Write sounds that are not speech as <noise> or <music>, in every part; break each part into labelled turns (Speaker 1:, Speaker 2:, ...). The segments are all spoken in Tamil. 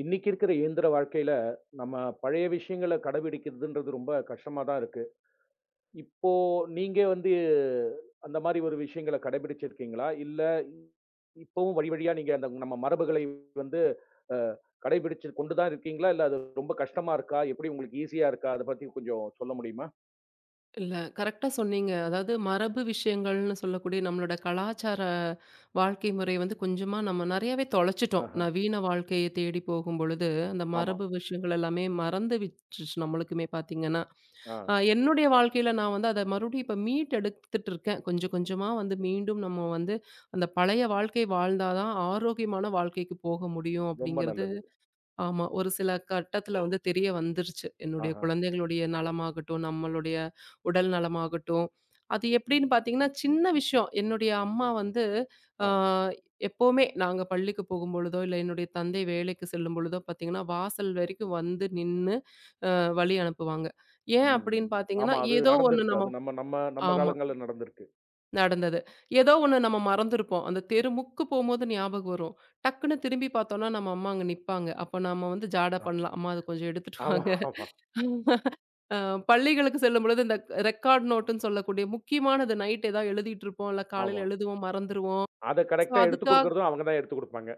Speaker 1: இன்னைக்கு இருக்கிற இயந்திர வாழ்க்கையில, நம்ம பழைய விஷயங்கள கடைபிடிக்கிறதுன்றது ரொம்ப கஷ்டமா தான் இருக்கு. இப்போ நீங்க வந்து அந்த மாரி ஒரு விஷயங்கள கடைபிடிச்சிருக்கீங்களா? இல்ல இப்பவும் வழி வழியா நீங்க அந்த நம்ம மரபுகளை வந்து அ கடைபிடிச்சு கொண்டு தான் இருக்கீங்களா? இல்ல அது ரொம்ப கஷ்டமா இருக்கா? எப்படி உங்களுக்கு ஈஸியா இருக்கா? அத பத்தி கொஞ்சம் சொல்ல முடியுமா?
Speaker 2: இல்ல. கரெக்ட்டா சொன்னீங்க. அதாவது மரபு விஷயங்கள்னு சொல்லக்கூடிய நம்மளோட கலாச்சார வாழ்க்கை முறை வந்து கொஞ்சமா நம்ம நெறையாவே தொலைச்சுட்டோம்.
Speaker 1: ஆஹ.
Speaker 2: நவீன வாழ்க்கைய தேடி போகும்பொழுது, அந்த
Speaker 1: ஆமா.
Speaker 2: மரபு விஷயங்கள் எல்லாமே மறந்து விட்டுருச்சு நம்மளுக்குமே பார்த்தீங்கன்னா.
Speaker 1: ஆ.
Speaker 2: என்னுடைய வாழ்க்கையில நான் வந்து அத மறுபடியும் இப்ப மீட்டெடுத்துட்டு இருக்கேன். கொஞ்சம் கொஞ்சமா வந்து மீண்டும் நம்ம வந்து அந்த பழைய வாழ்க்கை வாழ்ந்தா தான் ஆரோக்கியமான வாழ்க்கைக்கு போக முடியும்
Speaker 1: ரொம்ப
Speaker 2: அப்படிங்கிறது
Speaker 1: நல்லது.
Speaker 2: ஆமா. ஒரு சில கட்டத்துல வந்து தெரிய வந்துருச்சு. என்னுடைய
Speaker 1: ஆஹ.
Speaker 2: குழந்தைகளுடைய நலமாகட்டும், நம்மளுடைய உடல் நலமாகட்டும். அது எப்படின்னு பார்த்தீங்கன்னா, சின்ன விஷயம். என்னுடைய அம்மா வந்து அ
Speaker 1: ஆ.
Speaker 2: எப்பவுமே நாங்க பள்ளிக்கு போகும்பொழுதோ, இல்ல என்னுடைய தந்தை வேலைக்கு செல்லும் பொழுதோ பார்த்தீங்கன்னா, வாசல் வரைக்கும் வந்து நின்னு வழி அனுப்புவாங்க. ஏன்
Speaker 1: ம்.
Speaker 2: அப்படின்னு பார்த்தீங்கன்னா,
Speaker 1: ஆமா. அது
Speaker 2: ஏதோ ஒண்ணு
Speaker 1: நடந்திருக்கு.
Speaker 2: நம்ம
Speaker 1: அது நம்ம நம்ம நம்ம
Speaker 2: ஆமா.
Speaker 1: காலங்கள்ல நடந்திருக்கு.
Speaker 2: நடந்தது. ஏதோ ஒண்ணு நம்ம மறந்திருப்போம். அந்த தெருமுக்கு போம்போது ஞாபகம் வரும். டக்குன்னு திரும்பி பார்த்தோம்னா, நம்ம அம்மா அங்க நிப்பாங்க. அப்ப நாம வந்து ஜாட
Speaker 1: ஆமா.
Speaker 2: பண்ணலாம். அம்மா அத கொஞ்சம் எடுத்துட்டு
Speaker 1: ஆமா,
Speaker 2: வாங்க.
Speaker 1: ஆமா,
Speaker 2: அ பள்ளிகளுக்கு செல்லும்பொழுது இந்த ரெக்கார்ட் நோட்டுன்னு சொல்லக்கூடிய முக்கியமானது நைட் ஏதாவது எழுதிட்டு இருப்போம். இல்ல காலையில
Speaker 1: ஆமா.
Speaker 2: எழுதுவோம், மறந்துருவோம்.
Speaker 1: அத
Speaker 2: ஸோ
Speaker 1: கரெக்ட்டா எடுத்துக்
Speaker 2: அதுக்காக
Speaker 1: குடுக்குறதும் அவங்க தான் எடுத்துக் குடுப்பாங்க.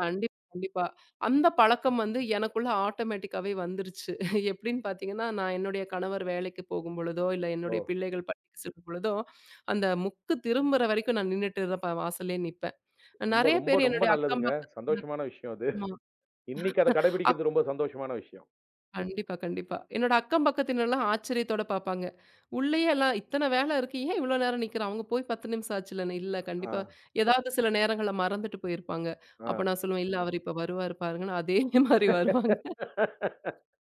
Speaker 2: கண்டிப்பா, கண்டிப்பா. அந்த பழக்கம் வந்து எனக்குள்ள ஆட்டோமேட்டிக்காவே வந்துருச்சு. எப்படின்னு பார்த்தீங்கன்னா, நான் என்னுடைய கணவர் வேலைக்கு போகும்பொழுதோ, இல்ல
Speaker 1: ஓ!
Speaker 2: என்னுடைய பிள்ளைகள் பள்ளிக்கு செல்லும் பொழுதோ, அந்த முக்கு திரும்புற வரைக்கும் நான் நின்னுட்டு தான் வாசல்லயே நிப்பேன்.
Speaker 1: ரொம்ப,
Speaker 2: நெறைய
Speaker 1: ரொம்ப,
Speaker 2: பேர்
Speaker 1: ரொம்ப
Speaker 2: என்னுடைய அக்கம்
Speaker 1: நல்லதுங்க. சந்தோஷமான விஷயம் அது.
Speaker 2: பக்கமா
Speaker 1: இன்னைக்கு அத
Speaker 2: அக்
Speaker 1: கடைபிடிக்கிறது ரொம்ப சந்தோஷமான விஷயம்.
Speaker 2: கண்டிப்பா, கண்டிப்பா. என்னோட அக்கம் பக்கத்தினர்லாம் ஆச்சரியத்தோட பார்ப்பாங்க. உள்ளயே எல்லாம் இத்தன வேல இருக்கு. ஏன் இவ்வளோ நேரம் நிக்கிறா? அவங்க போய் 10 நிமிஷம் ஆச்சுல்லன்னு. இல்ல
Speaker 1: ஆ,
Speaker 2: கண்டிப்பா. ஏதாவது சில நேரங்கள்ல மறந்துட்டு போயிருப்பாங்க.
Speaker 1: ஆ.
Speaker 2: அப்ப நான் சொல்லுவேன், "இல்ல அவரு இப்ப வருவாரு பாருங்கன்னு" அதே மாரி வருவாங்க.
Speaker 1: <laughs>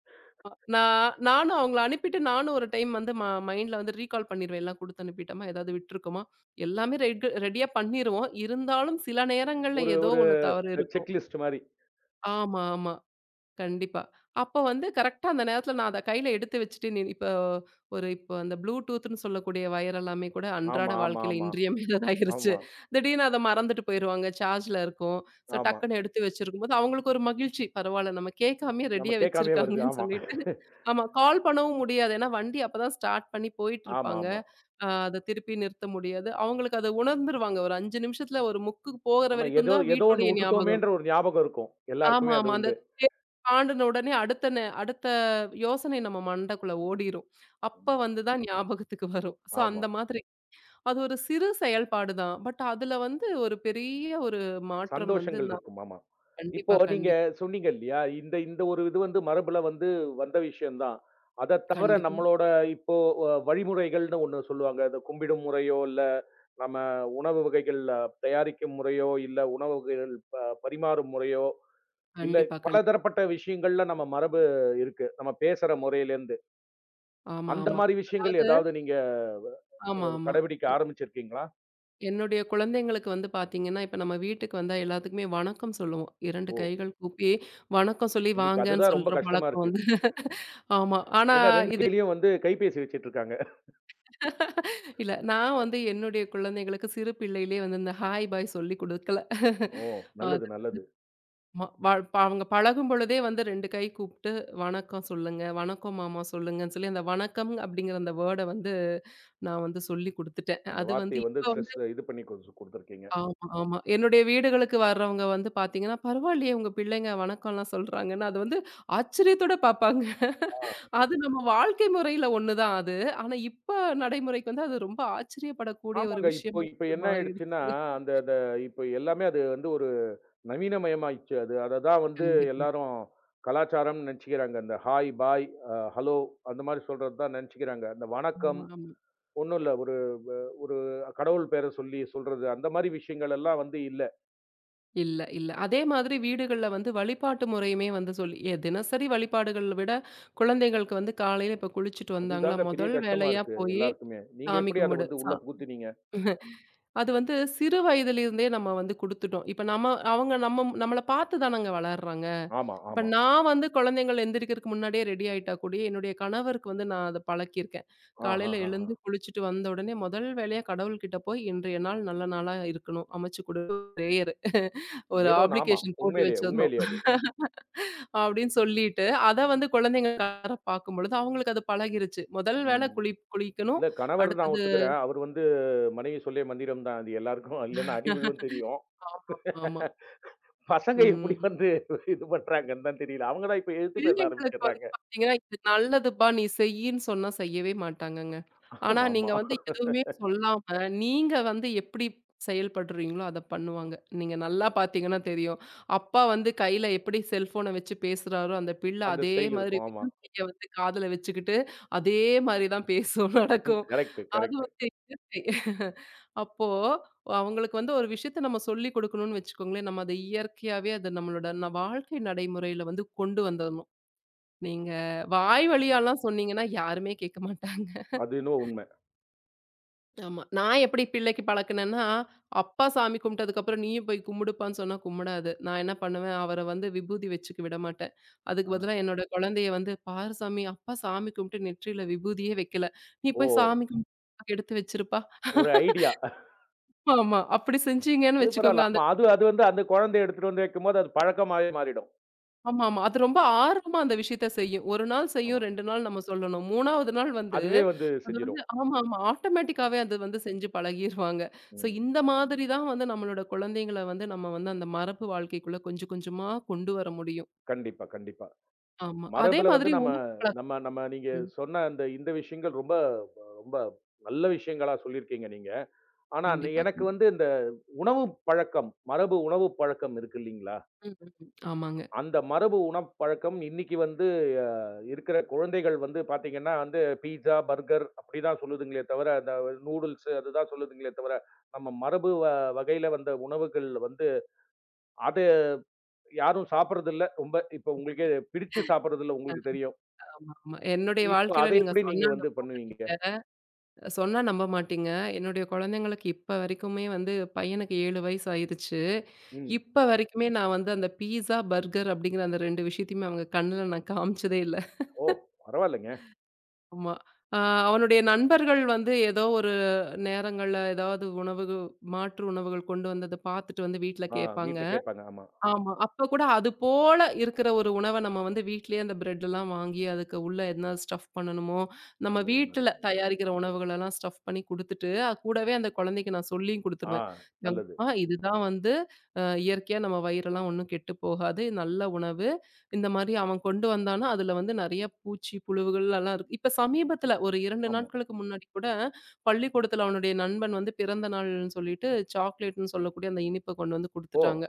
Speaker 2: அ நான் நானும் அவங்கள அனுப்பிட்டு நானும் ஒரு டைம் வந்து மைண்ட்ல வந்து ரீகால் பண்ணிருவேன். எல்லாம் குடுத்து அனுப்பிட்டோமா, ஏதாவது விட்டுருக்கோமா, எல்லாமே ரெட் ரெடியா பண்ணிருவோம். இருந்தாலும் சில நேரங்கள்ல
Speaker 1: ஒரு
Speaker 2: ஏதோ
Speaker 1: ஒரு
Speaker 2: ஒண்ணு தவறு இருக்கும்.
Speaker 1: செக் லிஸ்ட் மாரி.
Speaker 2: ஆமா, ஆமா. கண்டிப்பா. அப்ப வந்து கரெக்ட்டா அந்த நேரத்துல நான் அத கையில எடுத்து வச்சுட்டு, நீ இப்ப ஒரு இப்போ அந்த ப்ளூடூத்ன்னு சொல்லக்கூடிய வயர் எல்லாமே கூட அன்றாட
Speaker 1: ஆமா, ஆமா,
Speaker 2: வாழ்க்கையில
Speaker 1: ஆமா.
Speaker 2: இன்றியமையாததாயிருச்சு.
Speaker 1: ஆமா,
Speaker 2: திடீர்னு அத மறந்துட்டு போயிருவாங்க. சார்ஜ்ல இருக்கும். ஸோ
Speaker 1: ஆமா.
Speaker 2: டக்குன்னு எடுத்து வச்சிருக்கும்போது, அவங்களுக்கு ஒரு மகிழ்ச்சி. பரவால்ல நம்ம கேட்காமயே
Speaker 1: நம்ம
Speaker 2: ரெடியா
Speaker 1: கேட்காமயே வருது.
Speaker 2: வச்சிருக்காங்கன்னு
Speaker 1: ஆமா.
Speaker 2: சொல்லிட்டு. ஆமா கால் பண்ணவும் முடியாது. ஏன்னா வண்டி அப்பதான் ஸ்டார்ட் பண்ணி
Speaker 1: ஆமா,
Speaker 2: போயிட்டுருப்பாங்க.
Speaker 1: ஆமா.
Speaker 2: அத திருப்பி நிறுத்த முடியாது. அவங்களுக்கு அத உணர்ந்துருவாங்க. ஒரு 5 நிமிஷத்துல ஒரு முக்குக்கு போகுற
Speaker 1: ஆமா.
Speaker 2: வரைக்கும்
Speaker 1: ஏதோ
Speaker 2: தான்
Speaker 1: ஏதோ ஒண்ணு
Speaker 2: வீட்டுடைய ஞாபகம்.
Speaker 1: வுட்டுட்டோமேன்ற ஒரு ஞாபகம் இருக்கும்.
Speaker 2: ஆமா,
Speaker 1: எல்லாருக்குமே அது
Speaker 2: ஆமா. அந்த
Speaker 1: உண்டு.
Speaker 2: தேர்வு தாண்டுன உடனே அடுத்த யோசனை நம்ம மண்டைக்குள்ள ஓடிரும். அப்ப வந்து தான் ஞாபகத்துக்கு வரும். ஸோ
Speaker 1: ஆமா.
Speaker 2: அந்த மாதிரி. அது ஒரு சிறு செயல்பாடு தான். பட் அதுல வந்து ஒரு பெரிய ஒரு மாற்றம் வந்து
Speaker 1: சந்தோஷங்கள்
Speaker 2: நான்
Speaker 1: இருக்கும். ஆமா. இப்போ
Speaker 2: கண்டிப்பா,
Speaker 1: நீங்க
Speaker 2: கண்டிப்
Speaker 1: சொன்னீங்க இல்லையா? இந்த இந்த ஒரு இது வந்து மரபுல வந்து வந்த விஷயம் தான். அத தவிர
Speaker 2: கண்டிப்பா,
Speaker 1: நம்மளோட இப்போ வழிமுறைகள்னு ஒண்ணு சொல்லுவாங்க. அது கும்பிடும் முறையோ, இல்ல நம்ம உணவு வகைகள் தயாரிக்கும் முறையோ, இல்ல உணவு வகைகள் பரிமாறும் முறையோ, இல்ல
Speaker 2: கண்டிப்பா,
Speaker 1: பலதரப்பட்ட விஷயங்கள்ல நம்ம மரபு இருக்கு. நம்ம பேசுற முறையிலேருந்து.
Speaker 2: ஆமா,
Speaker 1: அந்த
Speaker 2: ஆமா.
Speaker 1: மாரி விஷயங்கள்
Speaker 2: அதாவது
Speaker 1: ஏதாவது நீங்க
Speaker 2: ஆமா, ஆமா.
Speaker 1: கடைபிடிக்க
Speaker 2: எ
Speaker 1: ஆரம்பிச்சிருக்கீங்களா?
Speaker 2: என்னுடைய குழந்தைங்களுக்கு வந்து பார்த்தீங்கன்னா, இப்ப நம்ம வீட்டுக்கு வந்தா எல்லாத்துக்குமே வணக்கம் சொல்லுவோம். 2
Speaker 1: ஓ!
Speaker 2: கைகள் கூப்பி வணக்கம் சொல்லி
Speaker 1: இன்னைக்கு
Speaker 2: வாங்கன்னு
Speaker 1: அதுதான் ரொம்ப
Speaker 2: சொல்ற
Speaker 1: கஷ்டமா
Speaker 2: பழக்கம்
Speaker 1: இருக்கு.
Speaker 2: வந்து ஆமா. ஆனா,
Speaker 1: ஏன்னா 2
Speaker 2: இது
Speaker 1: கையிலயும் வந்து கைபேசி வச்சுட்டு இருக்காங்க.
Speaker 2: இல்ல. நான் வந்து என்னுடைய குழந்தைகளுக்கு சிறு பிள்ளையிலே வந்து இந்த ஹாய், பாய் சொல்லிக் குடுக்கல.
Speaker 1: ஓ! நல்லது,
Speaker 2: அது
Speaker 1: நல்லது.
Speaker 2: ம வ ப அவங்க பழகும் பொழுதே வந்து 2 கை கூப்ட்டு, "வணக்கம் சொல்லுங்க. வணக்கம் மாமா சொல்லுங்கன்னு" சொல்லி அந்த வணக்கம் அப்படிங்கிற அந்த வேர்ட வந்து நான் வந்து சொல்லிக் குடுத்துட்டேன்.
Speaker 1: அந்த
Speaker 2: அது வந்து
Speaker 1: வார்த்தைய
Speaker 2: இப்ப
Speaker 1: வந்து ஸ்ட்ரெஸ்
Speaker 2: வந்து
Speaker 1: இது பண்ணி கொஞ்சம் குடுத்துருக்கீங்க.
Speaker 2: ஆமா, ஆமா. என்னுடைய வீடுகளுக்கு வர்றவங்க வந்து பாத்தீங்கன்னா, "பரவாயில்லையே உங்க பிள்ளைங்க வணக்கம்லாம் சொல்றாங்கன்னா" அது வந்து ஆச்சரியத்தோட பாப்பாங்க.
Speaker 1: ஆ.
Speaker 2: அது நம்ம வாழ்க்கை முறையில ஒண்ணுதான் அது. ஆனா இப்ப நடைமுறைக்கு வந்து அது ரொம்ப ஆச்சரியப்படக்கூடிய ஒரு
Speaker 1: ஆமாங்க. இப்போ
Speaker 2: விஷயமா
Speaker 1: இப்ப என்ன ஆயிடுச்சுன்னா,
Speaker 2: மாறிருச்சு.
Speaker 1: அந்த அந்த இப்ப எல்லாமே அது வந்து ஒரு நவீனமயமாயிடுச்சு. அது அத தான் வந்து
Speaker 2: கண்டிப்பா.
Speaker 1: எல்லாரும் கலாச்சாரம்னு நெனச்சுக்கிறாங்க. அந்த ஹாய், பாய், ஹலோ அந்த மாரி சொல்றது தான் நெனச்சுக்கிறாங்க. அந்த
Speaker 2: ஆமா,
Speaker 1: வணக்கம்
Speaker 2: ஆமா.
Speaker 1: ஒண்ணும் இல்ல. ஒரு ஒரு கடவுள் பேர சொல்லி சொல்றது, அந்த மாரி விஷயங்கள் எல்லாம் வந்து இல்ல.
Speaker 2: இல்ல, இல்ல. அதே மாதிரி வீடுகள்ல வந்து வழிபாட்டு முறையுமே வந்து சொல்லி தினசரி வழிபாடுகள் விட குழந்தைகளுக்கு வந்து காலையில இப்ப குளிச்சுட்டு வந்தாங்களா,
Speaker 1: அதுதாங்க பெரிய
Speaker 2: முதல்
Speaker 1: கஷ்டமா
Speaker 2: வேலையா
Speaker 1: இருக்கு
Speaker 2: போயி
Speaker 1: எல்லாருக்குமே. நீங்க
Speaker 2: சாமி
Speaker 1: எப்படி அத
Speaker 2: கும்பிடு.
Speaker 1: வந்து உள்ள புகுத்துனீங்க?
Speaker 2: அது வந்து சிறு வயதிலிருந்தே நம்ம வந்து குடுத்துட்டோம். இப்ப நம்ம அவங்க நம்ம நம்மள பார்த்து தானங்க வளர்றாங்க.
Speaker 1: ஆமா,
Speaker 2: இப்ப
Speaker 1: ஆமா.
Speaker 2: நான் வந்து குழந்தைங்கள் எந்திரிக்கிறதுக்கு முன்னாடியே ரெடி ஆயிட்டா கூடயே, என்னுடைய கணவருக்கு வந்து நான் அத பழக்கியிருக்கேன். காலையில
Speaker 1: ஆஹஹஹ.
Speaker 2: எழுந்து குளிச்சுட்டு வந்த உடனே முதல் வேலையா கடவுள்கிட்ட போய், "இன்றைய நாள் நல்ல நாளா இருக்கணும். அமைச்சு குடு" பிரேயரு ஒரு
Speaker 1: ஏதோ நாமா.
Speaker 2: ஆப்ளிகேஷன் போட்டு
Speaker 1: உண்மையிலேயே,
Speaker 2: வச்சிரணும்
Speaker 1: உண்மையிலேயே அது.
Speaker 2: அப்படின்னு சொல்லிட்டு, அத வந்து குழந்தைங்க உட்கார பார்க்கும்பொழுது அவங்களுக்கு அது பழகிருச்சு. முதல் வேலை
Speaker 1: ம்.
Speaker 2: குளிக்கணும்.
Speaker 1: இல்ல கணவர் நான்
Speaker 2: அடுத்தது
Speaker 1: ஒத்துக்கிறேன். அவரு வந்து மனைவி சொல்லே மந்திரம் தான். அது எல்லாருக்கும் <laughs> இல்லன்னா அடி விழும் தெரியும்.
Speaker 2: ஆமா, ஆமா.
Speaker 1: பசங்க எப்படி
Speaker 2: ம்.
Speaker 1: வந்து <laughs> இது பண்றாங்கன்னு தான் தெரியல. அவங்க தான் இப்ப எதிர்த்து பேச
Speaker 2: பிள்ளைங்களுக்கு வந்து
Speaker 1: ஆரம்பிச்சுடுறாங்க.
Speaker 2: பார்த்தீங்கன்னா, "இது நல்லதுப்பா, நீ செய்யின்னு" சொன்னா செய்யவே மாட்டாங்கங்க. ஆனா,
Speaker 1: ஆமா, ஆமா.
Speaker 2: நீங்க வந்து எதுவுமே சொல்லாம, நீங்க வந்து எப்படி செயல்படுறீங்களோ, அத பண்ணுவாங்க. நீங்க நல்லா பார்த்தீங்கன்னா தெரியும். அப்பா வந்து கையில எப்படி செல்ஃபோன வச்சு பேசுறாரோ, அந்த பிள்ளை
Speaker 1: அந்த
Speaker 2: அதே
Speaker 1: ஸ்டைல்
Speaker 2: மாதிரி
Speaker 1: இருக்கும். ஆமா.
Speaker 2: விரல் கைய வந்து காதுல வச்சுக்கிட்டு, அதே மாரி தான் பேசும், <laughs> நடக்கும்.
Speaker 1: கரெக்ட்,
Speaker 2: அது
Speaker 1: கரெக்ட்.
Speaker 2: வந்து இயற்கை. அப்போ அவங்களுக்கு வந்து ஒரு விஷயத்த நம்ம சொல்லிக் குடுக்கணும்னு வச்சுக்கோங்களேன், நம்ம அத இயற்கையாவே அது நம்மளோட வாழ்க்கை நடைமுறையில வந்து கொண்டு வந்துரணும். நீங்க வாய் வழியாலாம் சொன்னீங்கன்னா, யாருமே கேட்க மாட்டாங்க.
Speaker 1: அது என்னவோ உண்மை.
Speaker 2: ஆமா. நான் எப்படி பிள்ளைக்கு பழக்குனேன்னா, அப்பா சாமி கும்பிட்டதுக்கப்புறம் நீயும் போய் கும்பிடுப்பான்னு சொன்னா கும்பிடாது. நான் என்ன பண்ணுவேன், அவர வந்து விபூதி வச்சுக்க விட மாட்டேன். அதுக்கு
Speaker 1: ஆ.
Speaker 2: பதிலா என்னோட குழந்தைய வந்து, "பாரு சாமி, அப்பா சாமி கும்பிட்டு நெற்றியில விபூதியே வைக்கல. நீ
Speaker 1: ஓ!
Speaker 2: போய் சாமி கும்பிட்டு எடுத்து வச்சிருப்பா."
Speaker 1: ஒரு ஐடியா.
Speaker 2: ஆமா. அப்படி செஞ்சீங்கன்னு
Speaker 1: அது
Speaker 2: வச்சுக்கோங்க,
Speaker 1: பரவால்ல.
Speaker 2: அந்த
Speaker 1: ஆமா. அது அது வந்து அந்த குழந்தைய எடுத்துட்டு வந்து வைக்கும்போது அது பழக்கமாவே மாறிடும்.
Speaker 2: ஆமாமா. அது ரொம்ப ஆர்வமா அந்த விஷயத்த செய்யும். 1 நாள் செய்யும்,
Speaker 1: ஆமா.
Speaker 2: 2 நாள் நம்ம சொல்லணும். 3வது நாள் வந்து
Speaker 1: அதுவே வந்து
Speaker 2: அது வந்து
Speaker 1: செஞ்சிடும்.
Speaker 2: ஆமாமா. ஆட்டோமேட்டிக்காவே
Speaker 1: ஆமா.
Speaker 2: அது வந்து செஞ்சு பழகிருவாங்க. ஸோ
Speaker 1: ம்.
Speaker 2: இந்த மாதிரி தான் வந்து நம்மளோட குழந்தைங்கள வந்து நம்ம வந்து அந்த மரபு வாழ்க்கைக்குள்ள கொஞ்சம் கொஞ்சமா கொண்டு வர முடியும்.
Speaker 1: கண்டிப்பா, கண்டிப்பா.
Speaker 2: ஆமா. அதே
Speaker 1: மரபுல வந்து
Speaker 2: மாதிரி
Speaker 1: நம்ம
Speaker 2: உணவு பழக்கம்
Speaker 1: நம்ம நம்ம நீங்க
Speaker 2: ம்.
Speaker 1: சொன்ன அந்த இந்த விஷயங்கள் ரொம்ப ரொம்ப நல்ல விஷயங்களா சொல்லியிருக்கீங்க நீங்க. ஆனா
Speaker 2: கண்டிப்பா,
Speaker 1: எனக்கு
Speaker 2: கண்டிப்பா.
Speaker 1: வந்து இந்த உணவு பழக்கம், மரபு உணவு பழக்கம் இருக்கு இல்லீங்களா?
Speaker 2: ம், ம். ம். ஆமாங்க.
Speaker 1: அந்த மரபு உணவு பழக்கம் இன்னைக்கு வந்து அ இருக்கிற குழந்தைகள் வந்து பார்த்தீங்கன்னா வந்து பீட்ஸா, பர்கர் அப்படிதான் சொல்லுதுங்களே தவிர, அந்த நூடுல்ஸ் அதுதான் சொல்லுதுங்களே தவிர, நம்ம மரபு வகையில வந்த உணவுகள் வந்து அத யாரும் சாப்பிடுறதில்ல. ரொம்ப இப்ப உங்களுக்கே பிடித்து சாப்பிடுறதில்ல உங்களுக்கு தெரியும்.
Speaker 2: ஆமா, ஆமா. என்னுடைய
Speaker 1: இப்ப
Speaker 2: வாழ்க்கையில
Speaker 1: அத
Speaker 2: நீங்க
Speaker 1: எப்படி நீங்க
Speaker 2: சொன்னா
Speaker 1: வந்து
Speaker 2: நம்ப
Speaker 1: பண்ணுவீங்க?
Speaker 2: மாட்டீங்க. சொன்னா நம்ப மாட்டீங்க. என்னுடைய குழந்தைங்களுக்கு இப்ப வரைக்குமே வந்து பையனுக்கு 7 வயசு ஆயிருச்சு.
Speaker 1: ம்.
Speaker 2: இப்ப வரைக்குமே நான் வந்து அந்த பீஸா, பர்கர் அப்படிங்கிற அந்த 2 விஷயத்தையுமே அவங்க கண்ணுல நான் காமிச்சதே இல்ல.
Speaker 1: ஓ! பரவால்லங்க.
Speaker 2: ஆமா. ஆ அவனுடைய நண்பர்கள் வந்து ஏதோ ஒரு நேரங்கள்ல ஏதாவது உணவு மாற்று உணவுகள் கொண்டு வந்தத பார்த்துட்டு வந்து வீட்ல
Speaker 1: ஆ
Speaker 2: கேட்பாங்க.
Speaker 1: வீட்ல கேட்பாங்க. ஆமா.
Speaker 2: ஆமா. அப்ப கூட அது போல இருக்கிற ஒரு உணவ நம்ம வந்து வீட்லயே அந்த பிரெட்லாம் வாங்கி, அதுக்கு உள்ள என்ன ஸ்டஃப் பண்ணணுமோ, நம்ம
Speaker 1: நல்லது,
Speaker 2: வீட்ல
Speaker 1: நல்லது.
Speaker 2: தயாரிக்கிற உணவுகளெல்லாம் ஸ்டஃப் பண்ணி குடுத்துட்டு, அது கூடவே அந்த குழந்தைக்கு நான் சொல்லியும்
Speaker 1: ஆ
Speaker 2: குடுத்துருவேன்.
Speaker 1: நல்லது.
Speaker 2: "அம்மா இதுதான் வந்து இயற்கையா நம்ம வயிறெல்லாம் ஒண்ணும் கெட்டு போகாது. இது நல்ல உணவு. இந்த மாரி அவன் கொண்டு வந்தான்னா, அதுல வந்து நெறைய பூச்சி, புழுவுகள் எல்லாம் இருக்கு." இப்ப சமீபத்துல ஒரு 2
Speaker 1: ஆமா.
Speaker 2: நாட்களுக்கு முன்னாடி கூட பள்ளிக்கூடத்துல அவனுடைய நண்பன் வந்து பிறந்த நாள்ன்னு சொல்லிட்டு சாக்லேட்ன்னு சொல்லக்கூடிய அந்த இனிப்ப கொண்டு வந்து
Speaker 1: ஓ!
Speaker 2: குடுத்துட்டாங்க.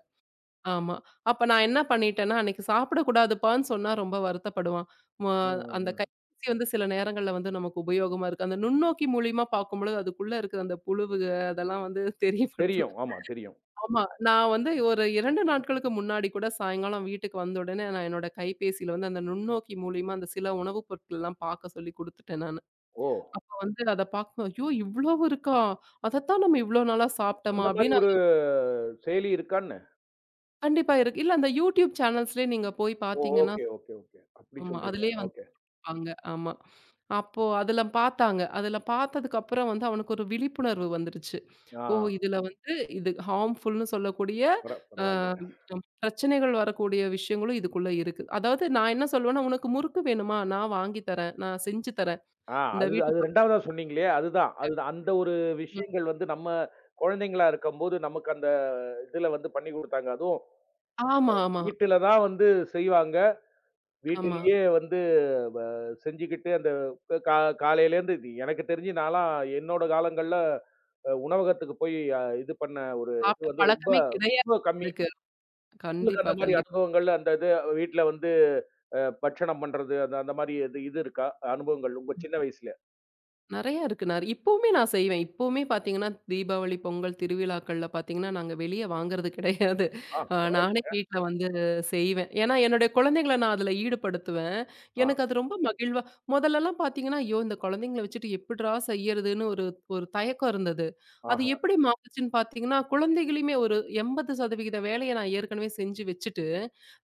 Speaker 2: ஆமா. அப்ப நான் என்ன பண்ணிட்டேன்னா, அன்னைக்கு சாப்பிடக்கூடாதுப்பான்னு சொன்னா ரொம்ப வருத்தப்படுவான். ம
Speaker 1: ம்,
Speaker 2: அந்த
Speaker 1: ம், ம்.
Speaker 2: கைபேசி வந்து சில நேரங்கள்ல வந்து நமக்கு உபயோகமா இருக்கு. அந்த நுண்ணோக்கி மூலியமா பார்க்கும்பொழுது, அதுக்குள்ள இருக்கிற அந்த அதெல்லாம் வந்து <laughs> தெரியப்படுத்தல.
Speaker 1: தெரியும். ஆமா, தெரியும்.
Speaker 2: ஆமா. நான் வந்து ஒரு 2 நாட்களுக்கு முன்னாடி கூட சாயங்காலம் வீட்டுக்கு வந்த உடனே, நான் என்னோட கைபேசியில வந்து அந்த நுண்ணோக்கி மூலியமா அந்த சில உணவுப் பொருட்கள்லாம் பார்க்க சொல்லி குடுத்துட்டேன் நானு.
Speaker 1: ஓ!
Speaker 2: அப்ப வந்து அத பார்க்கும்போது, "ஐயோ! இவ்வளவு இருக்கா? அதத்தான் நம்ம இவ்ளோ நாளா சாப்பிட்டோமா?"
Speaker 1: அந்த மாரி
Speaker 2: அப்படின்னு
Speaker 1: ஒரு
Speaker 2: அந்த-
Speaker 1: செயலி இருக்கான்னு?
Speaker 2: கண்டிப்பா இருக்கு. இல்ல அந்த YouTube சேனல்ஸ்லயே நீங்க போய்
Speaker 1: ஓ!
Speaker 2: பார்த்தீங்கன்னா,
Speaker 1: ஓகே, ஓகே, ஓகே. அப்படி
Speaker 2: ஆமா.
Speaker 1: சொல்றீங்க.
Speaker 2: அதிலயே
Speaker 1: ஓகே.
Speaker 2: வந்துருப்பாங்க. ஆமா. அப்போ அதில பார்த்தாங்க. அதில பார்த்ததுக்கப்புறம் வந்து அவனுக்கு ஒரு விழிப்புணர்வு வந்துருச்சு.
Speaker 1: ஆ
Speaker 2: ஓ! இதில வந்து இது ஹார்ம்ஃபுல்ன்னு சொல்லக்கூடிய அ
Speaker 1: பரவால்ல.
Speaker 2: பிரச்சனைகள் வரக்கூடிய விஷயங்களும் இதுக்குள்ள இருக்கு. அதாவது நான் என்ன சொல்லுவேன்னா, "உனக்கு முறுக்கு வேணுமா? நான் வாங்கி தரேன். நான் செஞ்சு தரேன்."
Speaker 1: ஆ
Speaker 2: இந்த
Speaker 1: அது
Speaker 2: வீட்டு
Speaker 1: அது
Speaker 2: பக்கம்
Speaker 1: 2வதா சொன்னீங்களே, அதுதான். அதுதான். அந்த ஒரு விஷயங்கள் வந்து நம்ம குழந்தைங்களா இருக்கும்போது, நமக்கு அந்த இதுல வந்து பண்ணி குடுத்தாங்க. அதுவும்
Speaker 2: ஆமா, ஆமா,
Speaker 1: வீட்டுல தான் வந்து செய்வாங்க.
Speaker 2: ஆமா.
Speaker 1: வீட்டிலேயே வந்து வ செஞ்சுக்கிட்டு அந்த கா காலையிலேருந்து இது எனக்கு தெரிஞ்சு நான்லாம் என்னோட காலங்கள்ல உணவகத்துக்கு போய் இது பண்ண ஒரு இது
Speaker 2: சாப்பிட்ட
Speaker 1: வந்து ரொம்ப
Speaker 2: பழக்கமே கிடையாது
Speaker 1: ரொம்ப கம்மி.
Speaker 2: எனக்கு.
Speaker 1: உங்களுக்கு
Speaker 2: கண்டிப்பா,
Speaker 1: அந்த மாரி
Speaker 2: கண்டிப்பா.
Speaker 1: அனுபவங்கள் அந்த இது வீட்ல வந்து பட்சணம் பண்றது அந்த அந்த மாரி இது இது இருக்கா? அனுபவங்கள் உங்க சின்ன வயசுல?
Speaker 2: நெறையா இருக்கு. நான் இப்பவுமே நான் செய்வேன். இப்பவுமே பார்த்தீங்கன்னா, தீபாவளி, பொங்கல் திருவிழாக்கள்ல பார்த்தீங்கன்னா, நாங்க வெளிய வாங்குறது கிடையாது.
Speaker 1: ஆ
Speaker 2: நானே
Speaker 1: பரவால்ல.
Speaker 2: வீட்ல வந்து செய்வேன். ஏன்னா, என்னுடைய குழந்தைங்கள நான் அதுல ஈடுபடுத்துவேன்.
Speaker 1: ஆ,
Speaker 2: எனக்கு அது ரொம்ப மகிழ்வா மொதல்லலாம் பார்த்தீங்கன்னா, ஐயோ! இந்த குழந்தைங்கள வச்சுட்டு எப்புட்றா செய்யறதுன்னு ஒரு ஒரு தயக்கம் இருந்தது. அது
Speaker 1: ஆஹா,
Speaker 2: எப்படி மாறுச்சுன்னு பார்த்தீங்கன்னா, குழந்தைகளையுமே ஒரு 80% வேலைய நான் ஏற்கனவே செஞ்சு வச்சுட்டு,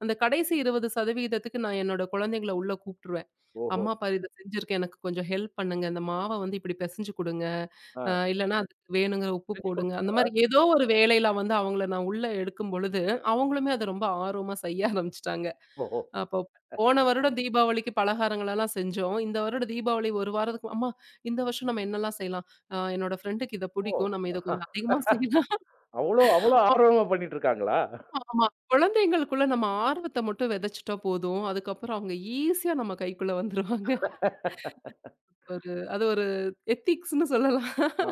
Speaker 2: அந்த கடைசி 20%க்கு நான் என்னோட குழந்தைங்கள உள்ள கூப்ட்டுருவேன்.
Speaker 1: ஓஹோ!
Speaker 2: அம்மா பாரு இத செஞ்சிருக்கேன். எனக்கு கொஞ்சம் ஹெல்ப் பண்ணுங்க. இந்த மாவ வந்து இப்படி பெசஞ்சு குடுங்க.
Speaker 1: ஆ
Speaker 2: இல்லன்னா அதுக்கு வேணுங்கிற உப்பு
Speaker 1: செஞ்சு
Speaker 2: போடுங்க. அந்த மாரி
Speaker 1: குடுப்பாங்க.
Speaker 2: ஏதோ ஒரு வேலையில வந்து அவங்கள நான் உள்ள எடுக்கும் பொழுது, அவங்களுமே அத ரொம்ப ஆர்வமா செய்ய ஆரம்பிச்சுட்டாங்க.
Speaker 1: ஓஹோ!
Speaker 2: அப்போ போன வருடம் தீபாவளிக்கு பலகாரங்களெல்லாம் செஞ்சோம். இந்த வருடம் தீபாவளி 1 வாரத்துக்கு அம்மா இந்த வருஷம் நம்ம என்னலாம் செய்யலாம்? என்னோட ஃப்ரெண்டுக்கு இத
Speaker 1: ஓ!
Speaker 2: புடிக்கும். நம்ம இத கொஞ்சம் அதிகமா செய்யலாம்.
Speaker 1: அவ்ளோ அவ்ளோ ஆர்வமா பண்ணிட்டு இருக்காங்களா?
Speaker 2: ஆமா, ஆமா. குழந்தைங்களுக்குள்ள நம்ம ஆர்வத்த மட்டும் விதைச்சுட்டா போதும். அதுக்கப்புறம் அவங்க ஈஸியா நம்ம கைக்குள்ள வந்துருவாங்க. ஒரு அது ஒரு எத்திக்ஸ்ன்னு சொல்லலாம்.
Speaker 1: ஆ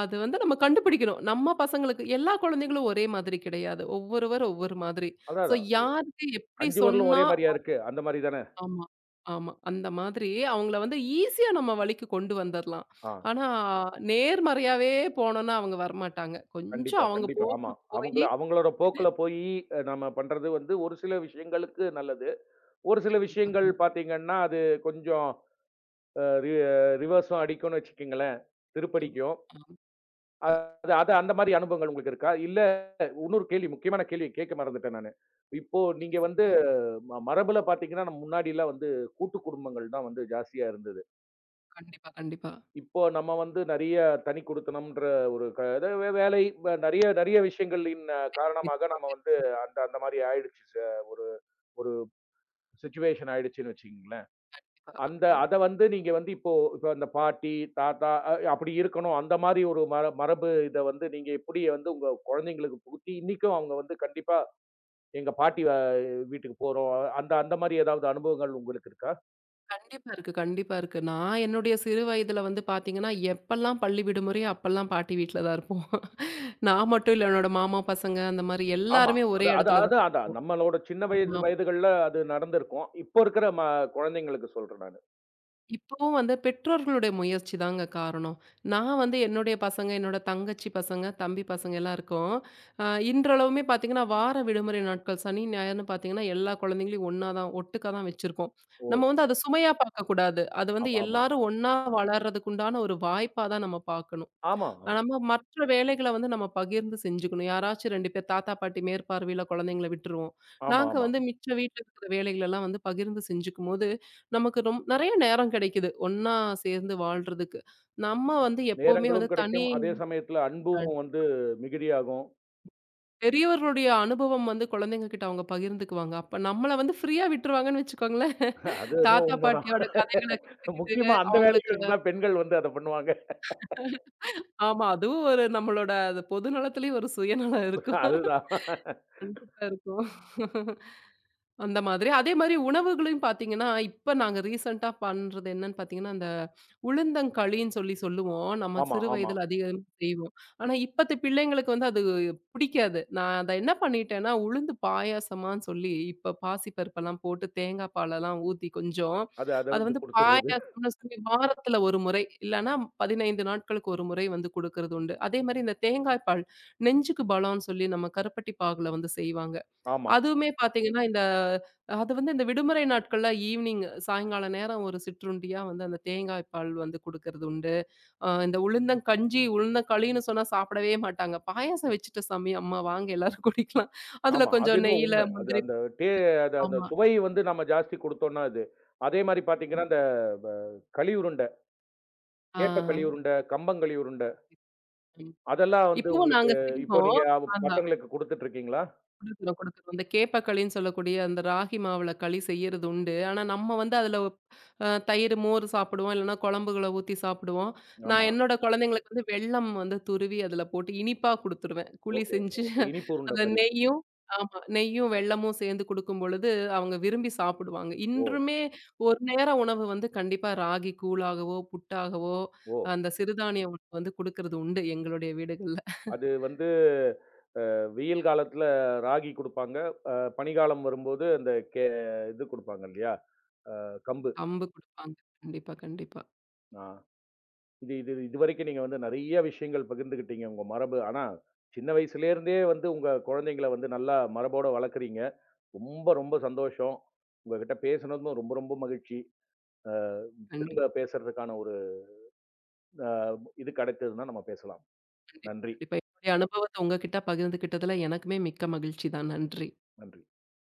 Speaker 2: அது வந்து நம்ம கண்டுபிடிக்கணும். நம்ம பசங்களுக்கு எல்லா குழந்தைகளும் ஒரே மாதிரி கிடையாது. ஒவ்வொருவர் ஒவ்வொரு மாதிரி.
Speaker 1: அதான்
Speaker 2: ஸோ
Speaker 1: அதான்.
Speaker 2: யாருக்கு எப்படி
Speaker 1: 5 விரலும்
Speaker 2: சொன்னா
Speaker 1: ஒரே மாரியா இருக்கு. அந்த மாரி தானே?
Speaker 2: ஆமா, ஆமா. அந்த மாதிரி அவங்கள வந்து ஈஸியா நம்ம வழிக்கு கொண்டு வந்துரலாம்.
Speaker 1: ஆ.
Speaker 2: ஆனா நேர்மறையாவே போனோம்னா அவங்க வரமாட்டாங்க. கொஞ்சம்
Speaker 1: கண்டிப்பா,
Speaker 2: அவங்க
Speaker 1: கண்டிப்பா. ஆமா.
Speaker 2: போக்குல
Speaker 1: அவங்கள
Speaker 2: போயி
Speaker 1: அவங்களோட போக்குல போயி நம்ம பண்றது வந்து ஒரு சில விஷயங்களுக்கு நல்லது. ஒரு சில
Speaker 2: கண்டிப்பா,
Speaker 1: விஷயங்கள் பார்த்தீங்கன்னா, அது கொஞ்சம் அ ரி ரிவர்ஸும் அடிக்கும்னு வச்சுக்கங்களேன்.
Speaker 2: கண்டிப்பா.
Speaker 1: திருப்படிக்கும்.
Speaker 2: ஆமா, ஆமா.
Speaker 1: அது அது அந்த மாரி அனுபவங்கள் உங்களுக்கு இருக்கா? இல்ல இன்னொரு கேள்வி, முக்கியமான கேள்வி கேட்க மறந்துட்டேன் நானு. இப்போ நீங்க வந்து மரபுல பார்த்தீங்கன்னா, முன்னாடிலாம் வந்து கூட்டு குடும்பங்கள் தான் வந்து ஜாஸ்தியா இருந்தது.
Speaker 2: கண்டிப்பா, கண்டிப்பா.
Speaker 1: இப்போ நம்ம வந்து நெறைய தனி குடித்தனம்ன்ற ஒரு இது வேலை நெறைய நெறைய விஷயங்களின் காரணமாக நம்ம வந்து அந்த அந்த மாரி ஆயிடுச்சு. ஒரு ஒரு சிச்சுவேஷன் ஆயிடுச்சுன்னு வச்சுக்கங்களேன். அந்த
Speaker 2: கண்டிப்பா
Speaker 1: அத வந்து நீங்க வந்து இப்போ இப்ப அந்த பாட்டி, தாத்தா அப்படி இருக்கணும். அந்த மாரி ஒரு மரபு இத வந்து நீங்க எப்படி வந்து உங்க குழந்தைங்களுக்கு புகுத்தி, இன்னிக்கும் அவங்க வந்து கண்டிப்பா எங்க பாட்டி வீட்டுக்கு போறோம். அந்த அந்த மாரி ஏதாவது அனுபவங்கள் உங்களுக்கு இருக்கா?
Speaker 2: கண்டிப்பா இருக்கு, கண்டிப்பா இருக்கு. நான் என்னுடைய சிறு வயதில வந்து பார்த்தீங்கன்னா, எப்பல்லாம் பள்ளி விடுமுறையோ அப்பல்லாம் பாட்டி வீட்ல தான் இருப்போம். நான் மட்டும் இல்ல, என்னோட மாமா பசங்க அந்த மாரி
Speaker 1: ஆமா.
Speaker 2: எல்லாருமே ஒரே
Speaker 1: அது அது
Speaker 2: இடத்துல தான்.
Speaker 1: அதான் அதான். நம்மளோட சின்ன வயது
Speaker 2: ஆமா.
Speaker 1: வயதுகள்ல அது நடந்திருக்கும். இப்போ இருக்கிற குழந்தைங்களுக்கு சொல்றேன் நானு.
Speaker 2: இப்பவும் வந்து பெற்றோர்களுடைய முயற்சி தாங்க காரணம். நான் வந்து என்னுடைய பசங்க, என்னோட தங்கச்சி பசங்க, தம்பி பசங்க எல்லாம் இருக்கோம். அ இன்றளவுமே பார்த்தீங்கன்னா, வார விடுமுறை நாட்கள் சனி, ஞாயிறுன்னு பார்த்தீங்கன்னா, எல்லா குழந்தைங்களையும் ஒண்ணா தான் ஒட்டுக்கா தான் வச்சிருக்கோம்.
Speaker 1: ஓ!
Speaker 2: நம்ம வந்து அத சுமையா பார்க்கக்கூடாது. அது வந்து
Speaker 1: ஆமாமா.
Speaker 2: எல்லாரும் ஒண்ணா வளர்றதுக்குண்டான ஒரு வாய்ப்பா தான் நம்ம பார்க்கணும்.
Speaker 1: ஆமா, ஆமா.
Speaker 2: நம்ம மற்ற வேலைகள வந்து நம்ம பகிர்ந்து செஞ்சுக்கணும். யாராச்சும் 2 பேர் தாத்தா, பாட்டி மேற்பார்வையில குழந்தைங்கள விட்டுருவோம்.
Speaker 1: ஆமா, ஆமா.
Speaker 2: நாங்க
Speaker 1: ஆமா.
Speaker 2: வந்து மிச்ச வீட்ல இருக்கிற வேலைகளெல்லாம் வந்து பகிர்ந்து செஞ்சுக்கும்போது, நமக்கு நெறைய நேரம் கிடைக்குது. ஒண்ணா சேர்ந்து வாழ்றதுக்கு. நம்ம வந்து எப்பவுமே வந்து
Speaker 1: நேரங்களும்
Speaker 2: தனி
Speaker 1: கிடைக்கும். அதே சமயத்துல
Speaker 2: அ
Speaker 1: அன்பும் வந்து மிகுதியாகும்.
Speaker 2: பெரியவர்களுடைய அனுபவம் வந்து குழந்தைங்க கிட்ட அவங்க பகிர்ந்துக்குவாங்க. அப்ப நம்மள வந்து ஃப்ரீயா விட்டுருவாங்கன்னு வச்சுக்கோங்களேன்.
Speaker 1: அது என்னவோ
Speaker 2: தாத்தா,
Speaker 1: உண்மதான்.
Speaker 2: பாட்டியோட கதைகள கேட்டுக்கிட்டு
Speaker 1: முக்கியமா அந்த
Speaker 2: அவங்களுக்கு
Speaker 1: வேலைகளுக்கு தான் பெண்கள் வந்து அத பண்ணுவாங்க.
Speaker 2: ஆமா. அதுவும் ஒரு நம்மளோட அது பொது நலத்திலயும் ஒரு சுயநலம் இருக்கும்.
Speaker 1: அதுதான்.
Speaker 2: கண்டிப்பா இருக்கும். அந்த மாதிரி. அதே மாரி உணவுகளையும் பார்த்தீங்கன்னா, இப்ப நாங்க ரீசென்ட்டா பண்றது என்னன்னு பார்த்தீங்கன்னா, அந்த உளுந்தங்களின்னு சொல்லி சொல்லுவோம். நம்ம
Speaker 1: ஆமா,
Speaker 2: சிறு
Speaker 1: ஆமா.
Speaker 2: வயதில அதிகம் செய்வோம். ஆனா, இப்பத்த பிள்ளைங்களுக்கு வந்து அது பிடிக்காது. நான் அத என்ன பண்ணிட்டேன்னா, உளுந்து பாயாசமான்னு சொல்லி இப்ப பாசி பருப்பெல்லாம் போட்டு தேங்காய் பாலெல்லாம் ஊத்தி கொஞ்சம்,
Speaker 1: அது அத
Speaker 2: அத
Speaker 1: வந்து
Speaker 2: வந்து
Speaker 1: குடுத்துடுறது.
Speaker 2: பாயாசம்னு சொல்லி வாரத்துல 1 முறை, இல்லன்னா 15 நாட்களுக்கு 1 முறை வந்து குடுக்கறது உண்டு. அதே மாரி இந்த தேங்காய் பால், நெஞ்சுக்கு பலம்ன்னு சொல்லி நம்ம கருப்பட்டி பாகுல வந்து செய்வாங்க.
Speaker 1: ஆமா,
Speaker 2: அதுவுமே பார்த்தீங்கன்னா, இந்த அது வந்து இந்த விடுமுறை நாட்கள்ல ஈவ்னிங் சாயங்கால நேரம் ஒரு சிற்றுண்டியா வந்து அந்த தேங்காய் பால் வந்து குடுக்கறது உண்டு. இந்த உளுந்தங்கஞ்சி, உளுந்தங்களின்னு சொன்னா சாப்பிடவே மாட்டாங்க. "பாயாசம் வச்சுட்ட சாமி, அம்மா வாங்க எல்லாரும் <laughs> குடிக்கலாம். அதுல
Speaker 1: ஆமா. அது
Speaker 2: கொஞ்சம்
Speaker 1: என்னவோ
Speaker 2: நெய்யில
Speaker 1: உண்மை. அது
Speaker 2: முந்திரி"
Speaker 1: அந்த டே அது அந்த
Speaker 2: ஆமா.
Speaker 1: சுவை வந்து நம்ம ஜாஸ்தி குடுத்தோம்னா அது. அதே மாரி பாத்தீங்கன்னா, அந்த ப களி உருண்ட.
Speaker 2: ஆ.
Speaker 1: கேப்பக்களி உருண்ட, கம்பங்களி உருண்ட. அதெல்லாம் வந்து
Speaker 2: இப்பவும்
Speaker 1: உங்களுக்கு
Speaker 2: நாங்க
Speaker 1: இப்போ
Speaker 2: செய்வோம்.
Speaker 1: நீங்க அவ
Speaker 2: ஆனா
Speaker 1: பசங்களுக்கு குடுத்துட்டு இருக்கீங்களா?
Speaker 2: குடுக்குறோம், குடுக்குறோம். இந்த கேப்பக்களின்னு சொல்லக்கூடிய அந்த ராகி மாவுல களி செய்யறது உண்டு. ஆனா, நம்ம வந்து அதுல தயிர், மோர் சாப்பிடுவோம். இல்லன்னா குழம்புகள ஊத்தி சாப்பிடுவோம். நான்
Speaker 1: ஆமா.
Speaker 2: என்னோட குழந்தைங்களுக்கு வந்து வெல்லம் வந்து துருவி அதுல போட்டு இனிப்பா குடுத்துருவேன். குழி
Speaker 1: ஓகே,
Speaker 2: செஞ்சு
Speaker 1: ஓகே. இனிப்பு உருண்ட
Speaker 2: அத
Speaker 1: மாரி.
Speaker 2: நெய்யும் ஆமா. நெய்யும், வெல்லமும் சேர்ந்து குடுக்கும் பொழுது அவங்க விரும்பி சாப்பிடுவாங்க.
Speaker 1: ஓ!
Speaker 2: இன்றுமே ஒரு நேர உணவு வந்து கண்டிப்பா ராகி கூழாகவோ, புட்டாகவோ
Speaker 1: ஓ!
Speaker 2: அந்த சிறுதானிய உணவு வந்து குடுக்கறது உண்டு எங்களுடைய வீடுகள்ல.
Speaker 1: அது வந்து வெயில் காலத்துல ராகி குடுப்பாங்க. அ பனிக்காலம் வரும்போது அந்த இது குடுப்பாங்க இல்லையா? கம்பு.
Speaker 2: கம்பு குடுப்பாங்க. கண்டிப்பா, கண்டிப்பா.
Speaker 1: ஆ. இது இது இதுவரைக்கும் நீங்க வந்து நெறைய விஷயங்கள் பகிர்ந்துக்கிட்டீங்க உங்க மரபு. ஆனா, சின்ன வயசுலேருந்தே வந்து உங்க குழந்தைங்கள வந்து நல்லா மரபோட வளர்க்குறீங்க. ரொம்ப ரொம்ப சந்தோஷம். உங்ககிட்ட பேசுனதும் ரொம்ப ரொம்ப மகிழ்ச்சி. அ
Speaker 2: கண்டிப்பா.
Speaker 1: திரும்ப பேசுறதுக்கான ஒரு அ இது கிடைத்ததுன்னா நம்ம பேசலாம்.
Speaker 2: கண்டிப்பா,
Speaker 1: நன்றி,
Speaker 2: கண்டிப்பா. என்னுடைய அனுபவத்த உங்ககிட்ட பகிர்ந்துக்கிட்டதுல எனக்குமே மிக்க மகிழ்ச்சி தான். நன்றி.
Speaker 1: நன்றி.